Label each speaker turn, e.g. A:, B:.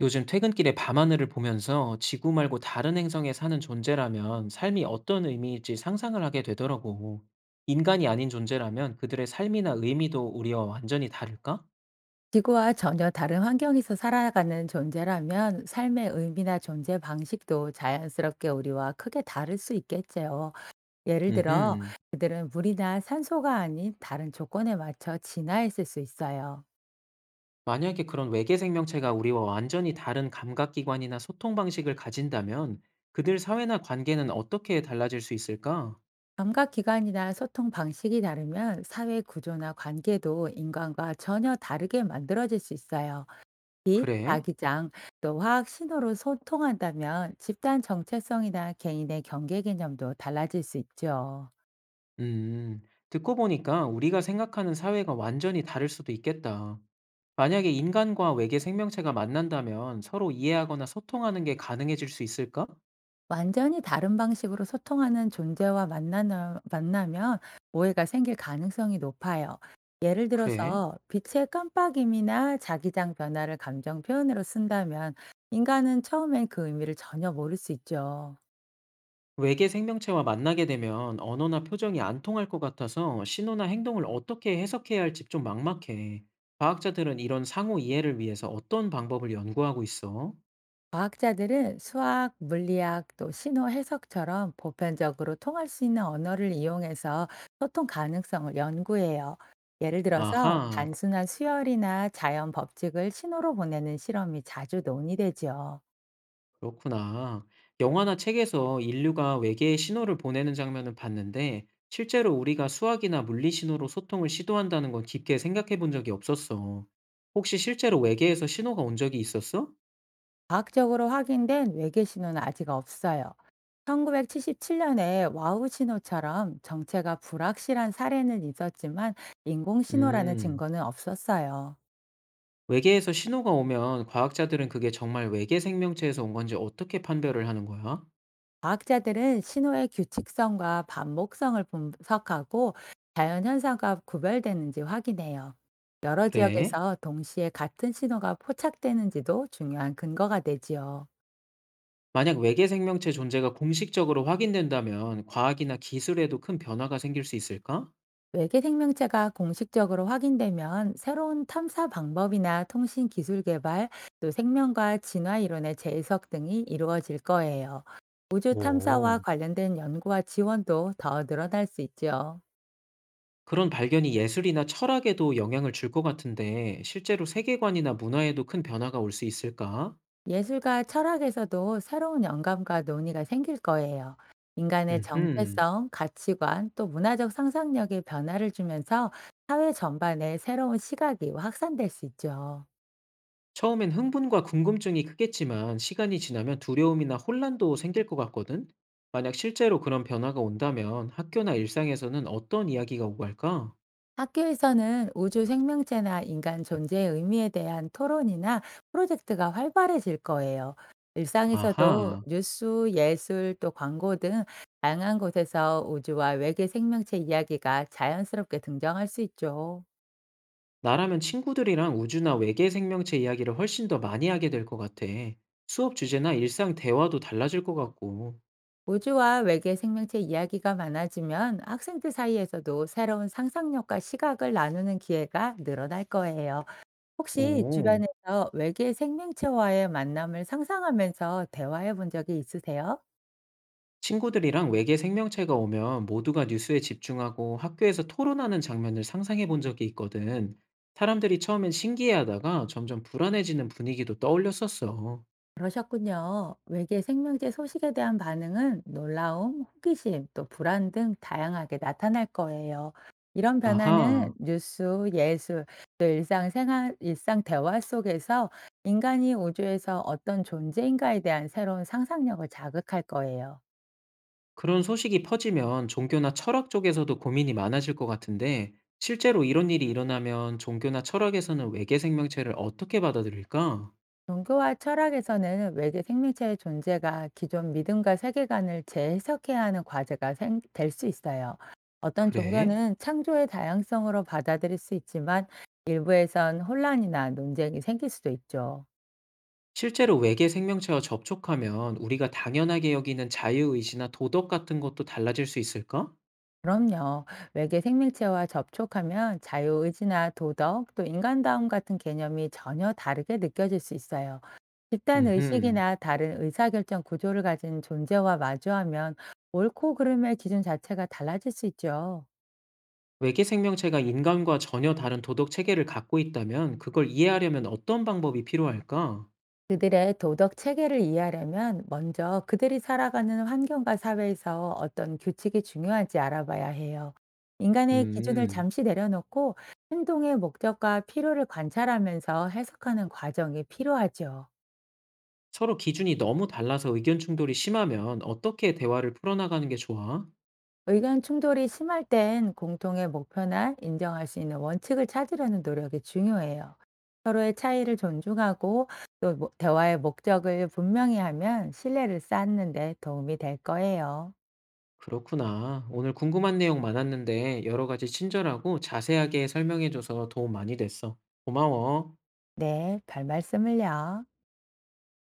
A: 요즘 퇴근길에 밤하늘을 보면서 지구 말고 다른 행성에 사는 존재라면 삶이 어떤 의미일지 상상을 하게 되더라고. 인간이 아닌 존재라면 그들의 삶이나 의미도 우리와 완전히 다를까?
B: 지구와 전혀 다른 환경에서 살아가는 존재라면 삶의 의미나 존재 방식도 자연스럽게 우리와 크게 다를 수 있겠죠. 예를 들어,
A: 음흠.
B: 그들은 물이나 산소가 아닌 다른 조건에 맞춰 진화했을 수 있어요.
A: 만약에 그런 외계 생명체가 우리와 완전히 다른 감각기관이나 소통 방식을 가진다면 그들 사회나 관계는 어떻게 달라질 수 있을까?
B: 감각 기관이나 소통 방식이 다르면 사회 구조나 관계도 인간과 전혀 다르게 만들어질 수 있어요. 빛,
A: 그래?
B: 자기장, 또 화학 신호로 소통한다면 집단 정체성이나 개인의 경계 개념도 달라질 수 있죠.
A: 음, 듣고 보니까 우리가 생각하는 사회가 완전히 다를 수도 있겠다. 만약에 인간과 외계 생명체가 만난다면 서로 이해하거나 소통하는 게 가능해질 수 있을까?
B: 완전히 다른 방식으로 소통하는 존재와 만나나 만나면 오해가 생길 가능성이 높아요. 예를
A: 그래?
B: 들어서 빛의 깜빡임이나 자기장 변화를 감정 표현으로 쓴다면 인간은 처음엔 그 의미를 전혀 모를 수 있죠.
A: 외계 생명체와 만나게 되면 언어나 표정이 안 통할 것 같아서 신호나 행동을 어떻게 해석해야 할지 좀 막막해. 과학자들은 이런 상호 이해를 위해서 어떤 방법을 연구하고 있어?
B: 과학자들은 수학, 물리학, 또 신호 해석처럼 보편적으로 통할 수 있는 언어를 이용해서 소통 가능성을 연구해요. 예를 들어서
A: 아하.
B: 단순한 수열이나 자연 법칙을 신호로 보내는 실험이 자주 논의되지요.
A: 그렇구나. 영화나 책에서 인류가 외계에 신호를 보내는 장면을 봤는데, 실제로 우리가 수학이나 물리 신호로 소통을 시도한다는 건 깊게 생각해 본 적이 없었어. 혹시 실제로 외계에서 신호가 온 적이 있었어?
B: 과학적으로 확인된 외계 신호는 아직 없어요. 1977년에 와우 신호처럼 정체가 불확실한 사례는 있었지만 인공 신호라는
A: 음,
B: 증거는 없었어요.
A: 외계에서 신호가 오면 과학자들은 그게 정말 외계 생명체에서 온 건지 어떻게 판별을 하는 거야?
B: 과학자들은 신호의 규칙성과 반복성을 분석하고 자연 현상과 구별되는지 확인해요. 여러
A: 그래.
B: 지역에서 동시에 같은 신호가 포착되는지도 중요한 근거가 되지요.
A: 만약 외계 생명체 존재가 공식적으로 확인된다면 과학이나 기술에도 큰 변화가 생길 수 있을까?
B: 외계 생명체가 공식적으로 확인되면 새로운 탐사 방법이나 통신 기술 개발, 또 생명과 진화 이론의 재해석 등이 이루어질 거예요. 우주 탐사와
A: 오.
B: 관련된 연구와 지원도 더 늘어날 수 있죠.
A: 그런 발견이 예술이나 철학에도 영향을 줄 것 같은데 실제로 세계관이나 문화에도 큰 변화가 올 수 있을까?
B: 예술과 철학에서도 새로운 영감과 논의가 생길 거예요. 인간의
A: 음흠.
B: 정체성, 가치관, 또 문화적 상상력에 변화를 주면서 사회 전반에 새로운 시각이 확산될 수 있죠.
A: 처음엔 흥분과 궁금증이 크겠지만 시간이 지나면 두려움이나 혼란도 생길 것 같거든? 만약 실제로 그런 변화가 온다면 학교나 일상에서는 어떤 이야기가 오고 할까?
B: 학교에서는 우주 생명체나 인간 존재의 의미에 대한 토론이나 프로젝트가 활발해질 거예요. 일상에서도
A: 아하,
B: 뉴스, 예술, 또 광고 등 다양한 곳에서 우주와 외계 생명체 이야기가 자연스럽게 등장할 수 있죠.
A: 나라면 친구들이랑 우주나 외계 생명체 이야기를 훨씬 더 많이 하게 될 것 같아. 수업 주제나 일상 대화도 달라질 것 같고.
B: 우주와 외계 생명체 이야기가 많아지면 학생들 사이에서도 새로운 상상력과 시각을 나누는 기회가 늘어날 거예요. 혹시
A: 오.
B: 주변에서 외계 생명체와의 만남을 상상하면서 대화해 본 적이 있으세요?
A: 친구들이랑 외계 생명체가 오면 모두가 뉴스에 집중하고 학교에서 토론하는 장면을 상상해 본 적이 있거든. 사람들이 처음엔 신기해하다가 점점 불안해지는 분위기도 떠올렸었어.
B: 그러셨군요. 외계 생명체 소식에 대한 반응은 놀라움, 호기심, 또 불안 등 다양하게 나타날 거예요. 이런 변화는
A: 아하,
B: 뉴스, 예술, 또 일상 생활, 일상 대화 속에서 인간이 우주에서 어떤 존재인가에 대한 새로운 상상력을 자극할 거예요.
A: 그런 소식이 퍼지면 종교나 철학 쪽에서도 고민이 많아질 것 같은데, 실제로 이런 일이 일어나면 종교나 철학에서는 외계 생명체를 어떻게 받아들일까?
B: 종교와 철학에서는 외계 생명체의 존재가 기존 믿음과 세계관을 재해석해야 하는 과제가 될 수 있어요. 어떤
A: 그래?
B: 종교는 창조의 다양성으로 받아들일 수 있지만 일부에선 혼란이나 논쟁이 생길 수도 있죠.
A: 실제로 외계 생명체와 접촉하면 우리가 당연하게 여기는 자유의지나 도덕 같은 것도 달라질 수 있을까?
B: 그럼요. 외계 생명체와 접촉하면 자유의지나 도덕, 또 인간다움 같은 개념이 전혀 다르게 느껴질 수 있어요. 집단
A: 음흠.
B: 의식이나 다른 의사결정 구조를 가진 존재와 마주하면 옳고 그름의 기준 자체가 달라질 수 있죠.
A: 외계 생명체가 인간과 전혀 다른 도덕 체계를 갖고 있다면 그걸 이해하려면 어떤 방법이 필요할까?
B: 그들의 도덕 체계를 이해하려면 먼저 그들이 살아가는 환경과 사회에서 어떤 규칙이 중요한지 알아봐야 해요. 인간의 기준을
A: 음,
B: 잠시 내려놓고 행동의 목적과 필요를 관찰하면서 해석하는 과정이 필요하죠.
A: 서로 기준이 너무 달라서 의견 충돌이 심하면 어떻게 대화를 풀어나가는 게 좋아?
B: 의견 충돌이 심할 땐 공통의 목표나 인정할 수 있는 원칙을 찾으려는 노력이 중요해요. 서로의 차이를 존중하고 대화의 목적을 분명히 하면 신뢰를 쌓는 데 도움이 될 거예요.
A: 그렇구나. 오늘 궁금한 내용 많았는데 여러 가지 친절하고 자세하게 설명해줘서 도움 많이 됐어. 고마워.
B: 네, 별 말씀을요.